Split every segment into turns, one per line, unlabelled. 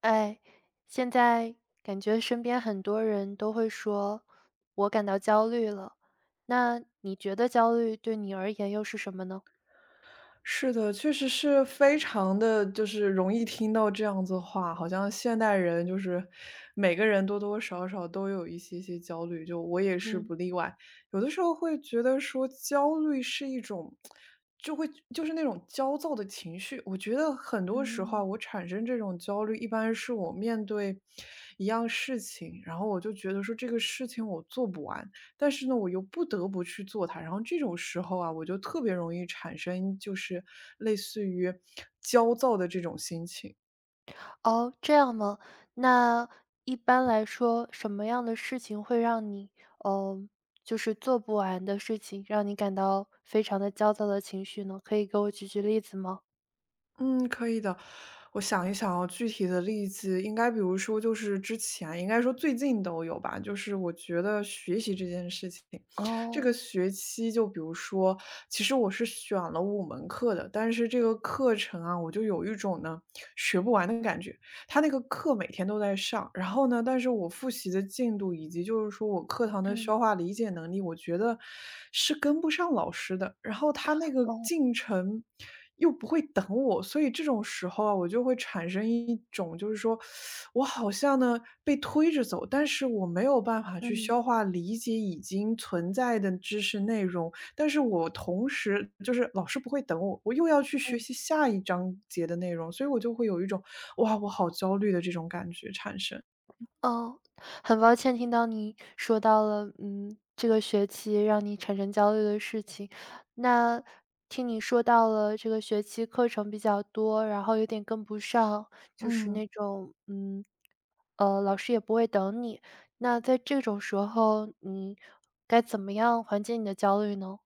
哎，现在感觉身边很多人都会说，我感到焦虑了。那你觉得焦虑对你而言又是什么呢？
是的，确实是非常的，就是容易听到这样子的话，好像现代人就是每个人多多少少都有一些些焦虑，就我也是
嗯。
不例外。有的时候会觉得说焦虑是一种就会就是那种焦躁的情绪，我觉得很多时候
嗯。
啊我产生这种焦虑，一般是我面对一样事情，然后我就觉得说这个事情我做不完，但是呢，我又不得不去做它，然后这种时候啊，我就特别容易产生就是类似于焦躁的这种心情。
哦，这样吗？那一般来说，什么样的事情会让你，呃，就是做不完的事情，让你感到非常的焦躁的情绪呢？可以给我举举例子吗？
嗯，可以的。我想一想啊，具体的例子应该比如说就是之前，应该说最近都有吧。就是我觉得学习这件事情，这
哦。
个学期就比如说，其实我是选了五门课的，但是这个课程啊，我就有一种呢学不完的感觉。他那个课每天都在上，然后呢，但是我复习的进度以及就是说我课堂的
嗯。
消化理解能力，我觉得是跟不上老师的。然后他那个
哦。
进程又不会等我，所以这种时候啊，我就会产生一种就是说，我好像呢被推着走，但是我没有办法去
嗯。
消化理解已经存在的知识内容，但是我同时就是老师不会等我，我又要去学
嗯。
习下一章节的内容，所以我就会有一种，哇，我好焦虑的这种感觉产生。
哦，很抱歉听到你说到了，这个学期让你产生焦虑的事情。那听你说到了这个学期课程比较多，然后有点跟不上，就是
嗯，
那种，老师也不会等你。那在这种时候，你该怎么样缓解你的焦虑呢？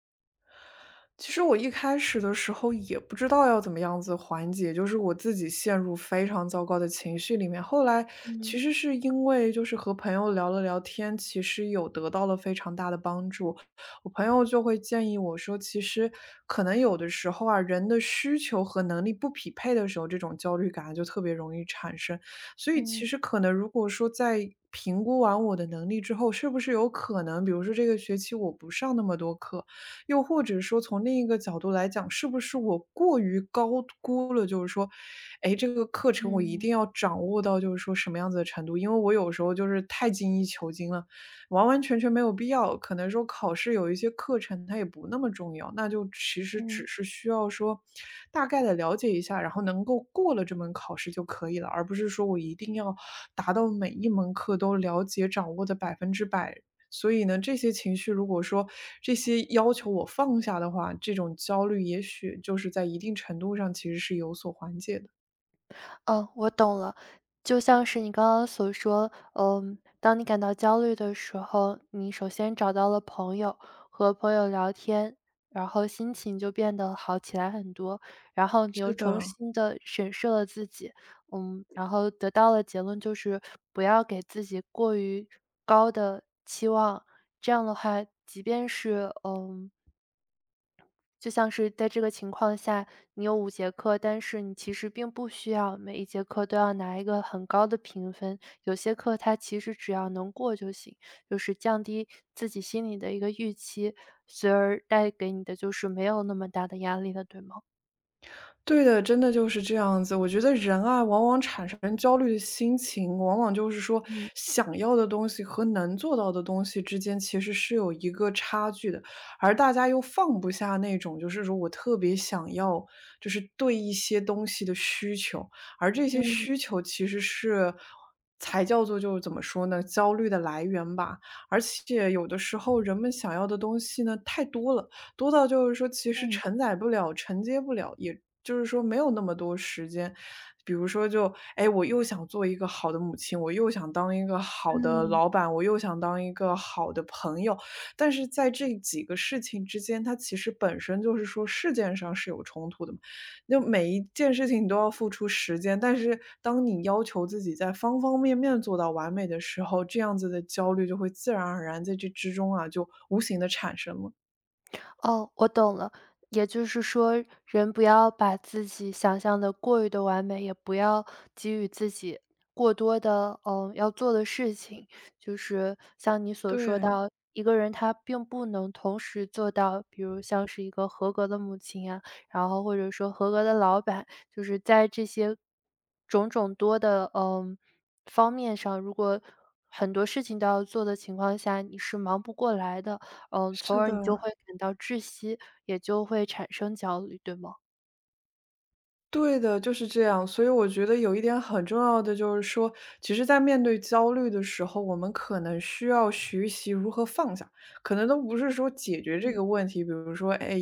其实我一开始的时候也不知道要怎么样子缓解，就是我自己陷入非常糟糕的情绪里面。后来其
嗯。
实是因为就是和朋友聊了聊天，其实有得到了非常大的帮助。我朋友就会建议我说，其实可能有的时候啊，人的需求和能力不匹配的时候，这种焦虑感啊就特别容易产生。所以其
嗯。
实可能如果说在评估完我的能力之后，是不是有可能，比如说这个学期我不上那么多课，又或者说从另一个角度来讲，是不是我过于高估了，就是说，哎，这个课程我一
嗯。
定要掌握到就是说什么样子的程度，因为我有时候就是太精益求精了，完完全全没有必要。可能说考试有一些课程它也不那么重要，那就其实
嗯。
只是需要说大概的了解一下，然后能够过了这门考试就可以了，而不是说我一定要达到每一门课都了解掌握的100%，所以呢，这些情绪如果说这些要求我放下的话，这种焦虑也许就是在一定程度上其实是有所缓解的。
嗯，我懂了。就像是你刚刚所说，嗯，当你感到焦虑的时候，你首先找到了朋友，和朋友聊天，然后心情就变得好起来很多，然后你又
是
重
的。
新的审视了自己，嗯，然后得到的结论就是不要给自己过于高的期望，这样的话，即便是，就像是在这个情况下，你有5节课，但是你其实并不需要每一节课都要拿一个很高的评分，有些课它其实只要能过就行，就是降低自己心里的一个预期，随而带给你的就是没有那么大的压力了，对吗？
对的，真的就是这样子。我觉得人啊，往往产生焦虑的心情，往往就是说
嗯。
想要的东西和能做到的东西之间其实是有一个差距的，而大家又放不下那种，就是说我特别想要，就是对一些东西的需求，而这些
嗯。
需求其实是才叫做就是怎么说呢，焦虑的来源吧。而且有的时候人们想要的东西呢太多了，多到就是说其实
嗯。
承载不了、承接不了，也就是说没有那么多时间。比如说就，哎，我又想做一个好的母亲，我又想当一个好的
嗯。
老板，我又想当一个好的朋友，但是在这几个事情之间，它其实本身就是说事件上是有冲突的嘛。就每一件事情你都要付出时间，但是当你要求自己在方方面面做到完美的时候，这样子的焦虑就会自然而然在这之中啊，就无形的产生了。
哦，我懂了。也就是说，人不要把自己想象的过于的完美，也不要给予自己过多的，要做的事情。就是像你所说
对。
到，一个人他并不能同时做到，比如像是一个合格的母亲啊，然后或者说合格的老板，就是在这些种种多的，方面上，如果很多事情都要做的情况下，你是忙不过来的。嗯，从
是
而你
的，
就会感到窒息，也就会产生焦虑，对吗？
对的，就是这样。所以我觉得有一点很重要的就是说，其实，在面对焦虑的时候，我们可能需要学习如何放下，可能都不是说解决这
嗯。
个问题。比如说，哎，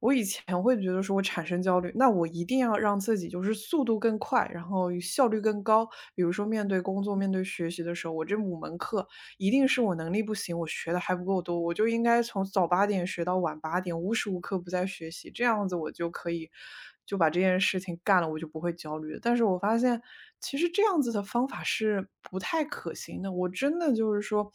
我以前会觉得说我产生焦虑，那我一定要让自己就是速度更快，然后效率更高。比如说，面对工作、面对学习的时候，我这五门课一定是我能力不行，我学的还不够多，我就应该从早8点学到晚8点，无时无刻不在学习，这样子我就可以就把这件事情干了，我就不会焦虑了。但是我发现其实这样子的方法是不太可行的，我真的就是说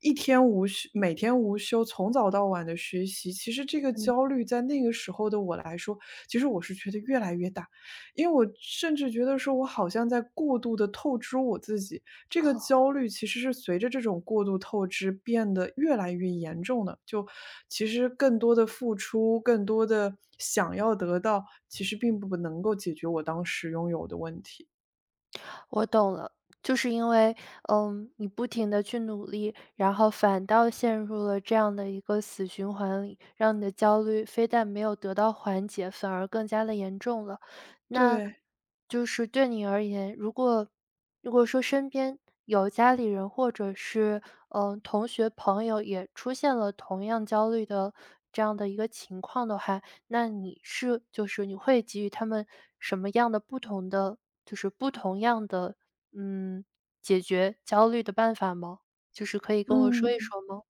一天无休每天无休，从早到晚的学习，其实这个
嗯。
焦虑在那个时候的我来说，其实我是觉得越来越大。因为我甚至觉得说我好像在过度的透支我自己，这个
哦。
焦虑其实是随着这种过度透支变得越来越严重的，就其实更多的付出，更多的想要得到，其实并不能够解决我当时拥有的问题。
我懂了，就是因为，嗯，你不停的去努力，然后反倒陷入了这样的一个死循环里，让你的焦虑非但没有得到缓解，反而更加的严重了。那
对，
就是对你而言，如果如果说身边有家里人或者是，嗯，同学朋友也出现了同样焦虑的这样的一个情况的话，那你是就是你会给予他们什么样的不同的就是不同样的，嗯，解决焦虑的办法吗？就是可以跟我说一
嗯。
说吗？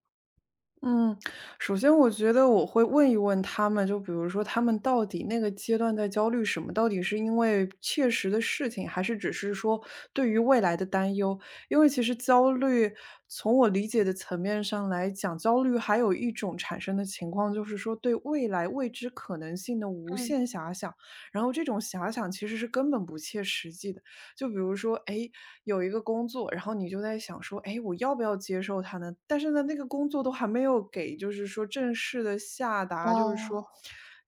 嗯，首先我觉得我会问一问他们，就比如说他们到底那个阶段在焦虑什么？到底是因为切实的事情，还是只是说对于未来的担忧？因为其实焦虑，从我理解的层面上来讲，焦虑还有一种产生的情况，就是说对未来未知可能性的无
嗯。
限遐想，然后这种遐想其实是根本不切实际的。就比如说，哎，有一个工作，然后你就在想说，哎，我要不要接受它呢？但是呢，那个工作都还没有给，就是说正式的下达，就是
哦。
说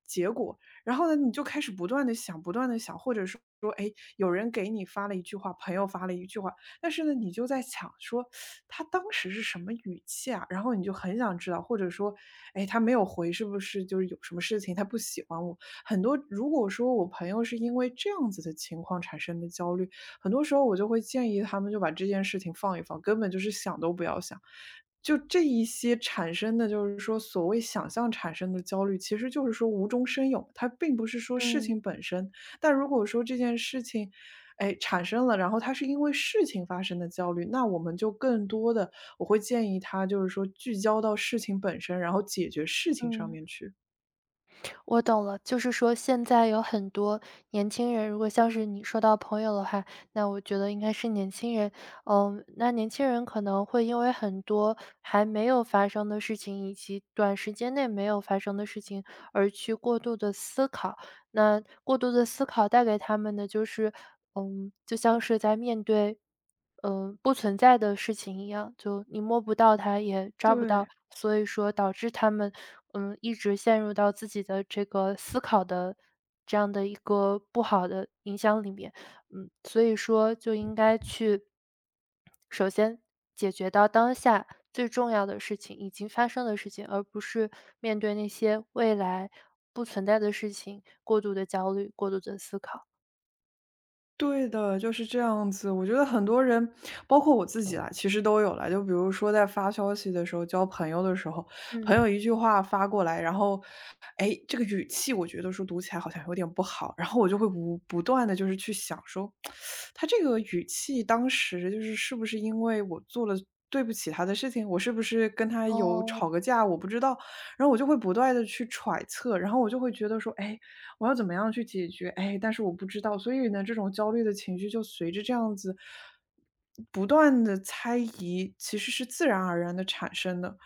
结果。然后呢，你就开始不断的想，不断的想，或者说，哎，有人给你发了一句话，朋友发了一句话，但是呢，你就在想说他当时是什么语气啊？然后你就很想知道，或者说，哎，他没有回，是不是就是有什么事情他不喜欢我？很多如果说我朋友是因为这样子的情况产生的焦虑，很多时候我就会建议他们就把这件事情放一放，根本就是想都不要想。就这一些产生的，就是说所谓想象产生的焦虑，其实就是说无中生有，它并不是说事
嗯。
情本身。但如果说这件事情，哎，产生了，然后它是因为事情发生的焦虑，那我们就更多的，我会建议他就是说聚焦到事情本身，然后解决事情上
嗯，
面去。
我懂了。就是说现在有很多年轻人，如果像是你说到朋友的话，那我觉得应该是年轻人。嗯，那年轻人可能会因为很多还没有发生的事情，以及短时间内没有发生的事情而去过度的思考。那过度的思考带给他们的就是，就像是在面对，不存在的事情一样，就你摸不到它，也抓不到，
对。
所以说导致他们，嗯，一直陷入到自己的这个思考的这样的一个不好的影响里面。嗯，所以说就应该去首先，解决到当下最重要的事情，已经发生的事情，而不是面对那些未来不存在的事情过度的焦虑、过度的思考。
对的，就是这样子。我觉得很多人，包括我自己啦，其实都有啦。就比如说在发消息的时候，交朋友的时候，
嗯。
朋友一句话发过来，然后，哎，这个语气我觉得说读起来好像有点不好，然后我就会不断的就是去想说，他这个语气当时就是是不是因为我做了。对不起他的事情，我是不是跟他有
哦。
吵个架？我不知道，然后我就会不断的去揣测，然后我就会觉得说，哎，我要怎么样去解决？哎，但是我不知道，所以呢，这种焦虑的情绪就随着这样子不断的猜疑，其实是自然而然的产生的。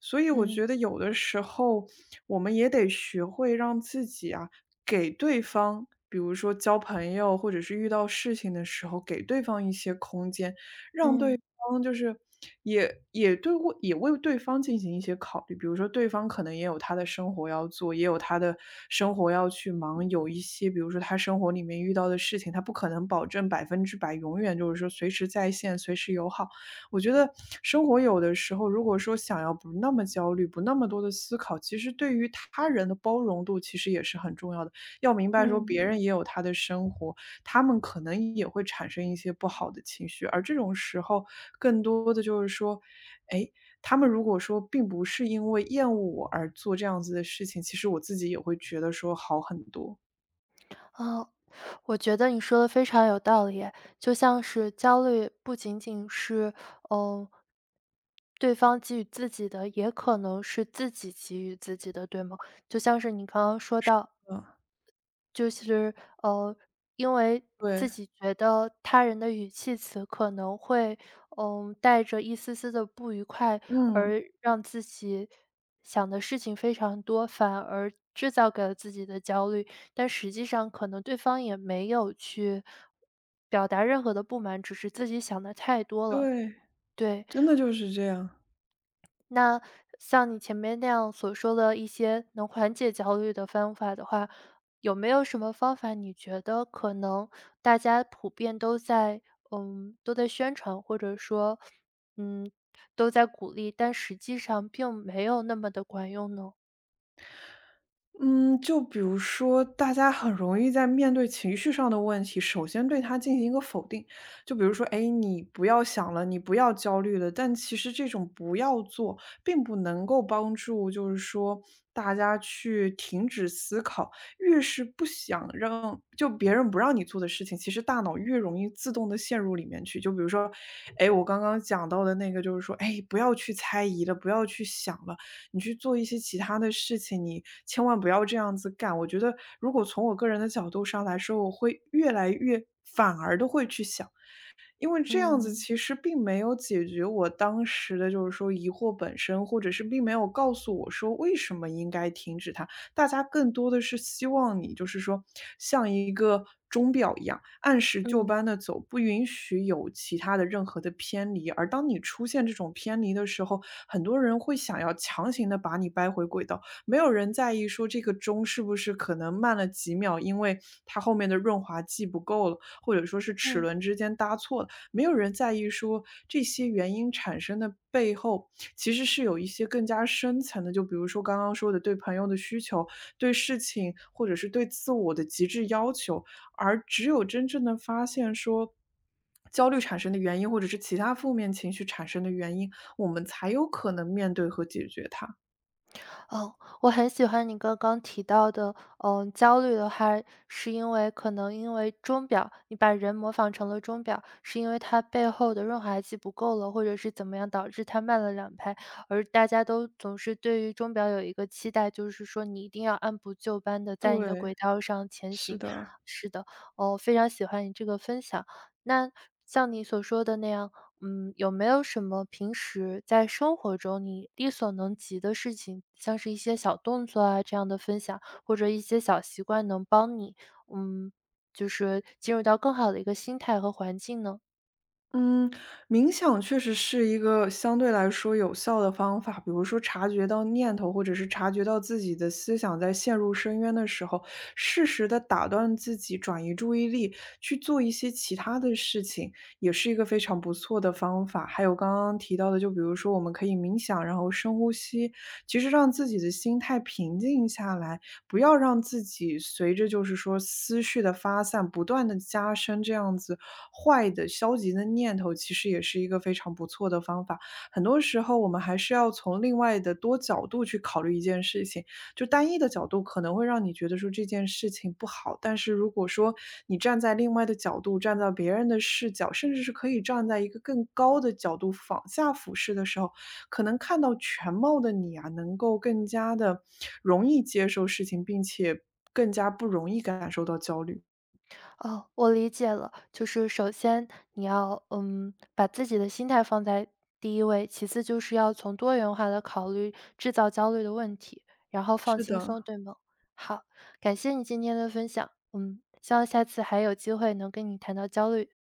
所以我
嗯。
觉得有的时候我们也得学会让自己啊，给对方，比如说交朋友或者是遇到事情的时候，给对方一些空间。
嗯。
方就是也为对方进行一些考虑，比如说对方可能也有他的生活要做，也有他的生活要去忙，有一些比如说他生活里面遇到的事情，他不可能保证100%永远就是说随时在线、随时友好。我觉得生活有的时候，如果说想要不那么焦虑，不那么多的思考，其实对于他人的包容度其实也是很重要的。要明白说
嗯。
别人也有他的生活，他们可能也会产生一些不好的情绪，而这种时候更多的就是说，哎，他们如果说并不是因为厌恶我而做这样子的事情，其实我自己也会觉得说好很多。
哦，我觉得你说的非常有道理哎，就像是焦虑不仅仅是哦，嗯对方给予自己的，也可能是自己给予自己的，对吗？就像是你刚刚说到
嗯，
就是，呃，因为自
对，
己觉得他人的语气词可能会，带着一丝丝的不愉快，
嗯，
而让自己想的事情非常多，反而制造给了自己的焦虑。但实际上可能对方也没有去表达任何的不满，只是自己想的太多了，
对，
对。
真的就是这样。
那像你前面那样所说的一些能缓解焦虑的方法的话，有没有什么方法你觉得可能大家普遍都在都在宣传，或者说，嗯，都在鼓励，但实际上并没有那么的管用呢？
嗯，就比如说，大家很容易在面对情绪上的问题，首先对它进行一个否定。就比如说，哎，你不要想了，你不要焦虑了。但其实这种不要做，并不能够帮助，就是说大家去停止思考。越是不想让，就别人不让你做的事情，其实大脑越容易自动的陷入里面去。就比如说，哎，我刚刚讲到的那个，就是说，哎，不要去猜疑了，不要去想了。你去做一些其他的事情，你千万不要这样子干。我觉得如果从我个人的角度上来说，我会越来越反而的会去想，因为这样子
嗯。
其实并没有解决我当时的就是说疑惑本身，或者是并没有告诉我说为什么应该停止它。大家更多的是希望你就是说像一个钟表一样，按时就
嗯。
班的走，不允许有其他的任何的偏离。而当你出现这种偏离的时候，很多人会想要强行的把你掰回轨道，没有人在意说这个钟是不是可能慢了几秒，因为它后面的润滑剂不够了，或者说是齿
嗯。
轮之间搭错了，没有人在意说这些原因产生的背后，其实是有一些更加深层的，就比如说刚刚说的对朋友的需求、对事情或者是对自我的极致要求，而只有真正的发现说。焦虑产生的原因，或者是其他负面情绪产生的原因，我们才有可能面对和解决它。
哦，我很喜欢你刚刚提到的，焦虑的话是因为可能因为钟表，你把人模仿成了钟表，是因为它背后的润滑剂不够了，或者是怎么样导致它慢了两拍，而大家都总是对于钟表有一个期待，就是说你一定要按部就班的在你的
对，
轨道上前
是
行。
的，
是的。哦，非常喜欢你这个分享。那像你所说的那样，有没有什么平时在生活中你力所能及的事情，像是一些小动作啊这样的分享，或者一些小习惯能帮你，嗯，就是进入到更好的一个心态和环境呢？
嗯，冥想确实是一个相对来说有效的方法。比如说，察觉到念头，或者是察觉到自己的思想在陷入深渊的时候，适时的打断自己，转移注意力，去做一些其他的事情，也是一个非常不错的方法。还有刚刚提到的，就比如说，我们可以冥想，然后深呼吸，其实让自己的心态平静下来，不要让自己随着就是说思绪的发散，不断的加深这样子坏的消极的念头，其实也是一个非常不错的方法。很多时候我们还是要从另外的多角度去考虑一件事情。就单一的角度可能会让你觉得说这件事情不好，但是如果说你站在另外的角度，站在别人的视角，甚至是可以站在一个更高的角度往下俯视的时候，可能看到全貌的你啊，能够更加的容易接受事情，并且更加不容易感受到焦虑。
哦，我理解了。就是首先你要，把自己的心态放在第一位，其次就是要从多元化的考虑制造焦虑的问题，然后放
是
轻松，
的，
对吗？好，感谢你今天的分享，嗯，希望下次还有机会能跟你谈到焦虑。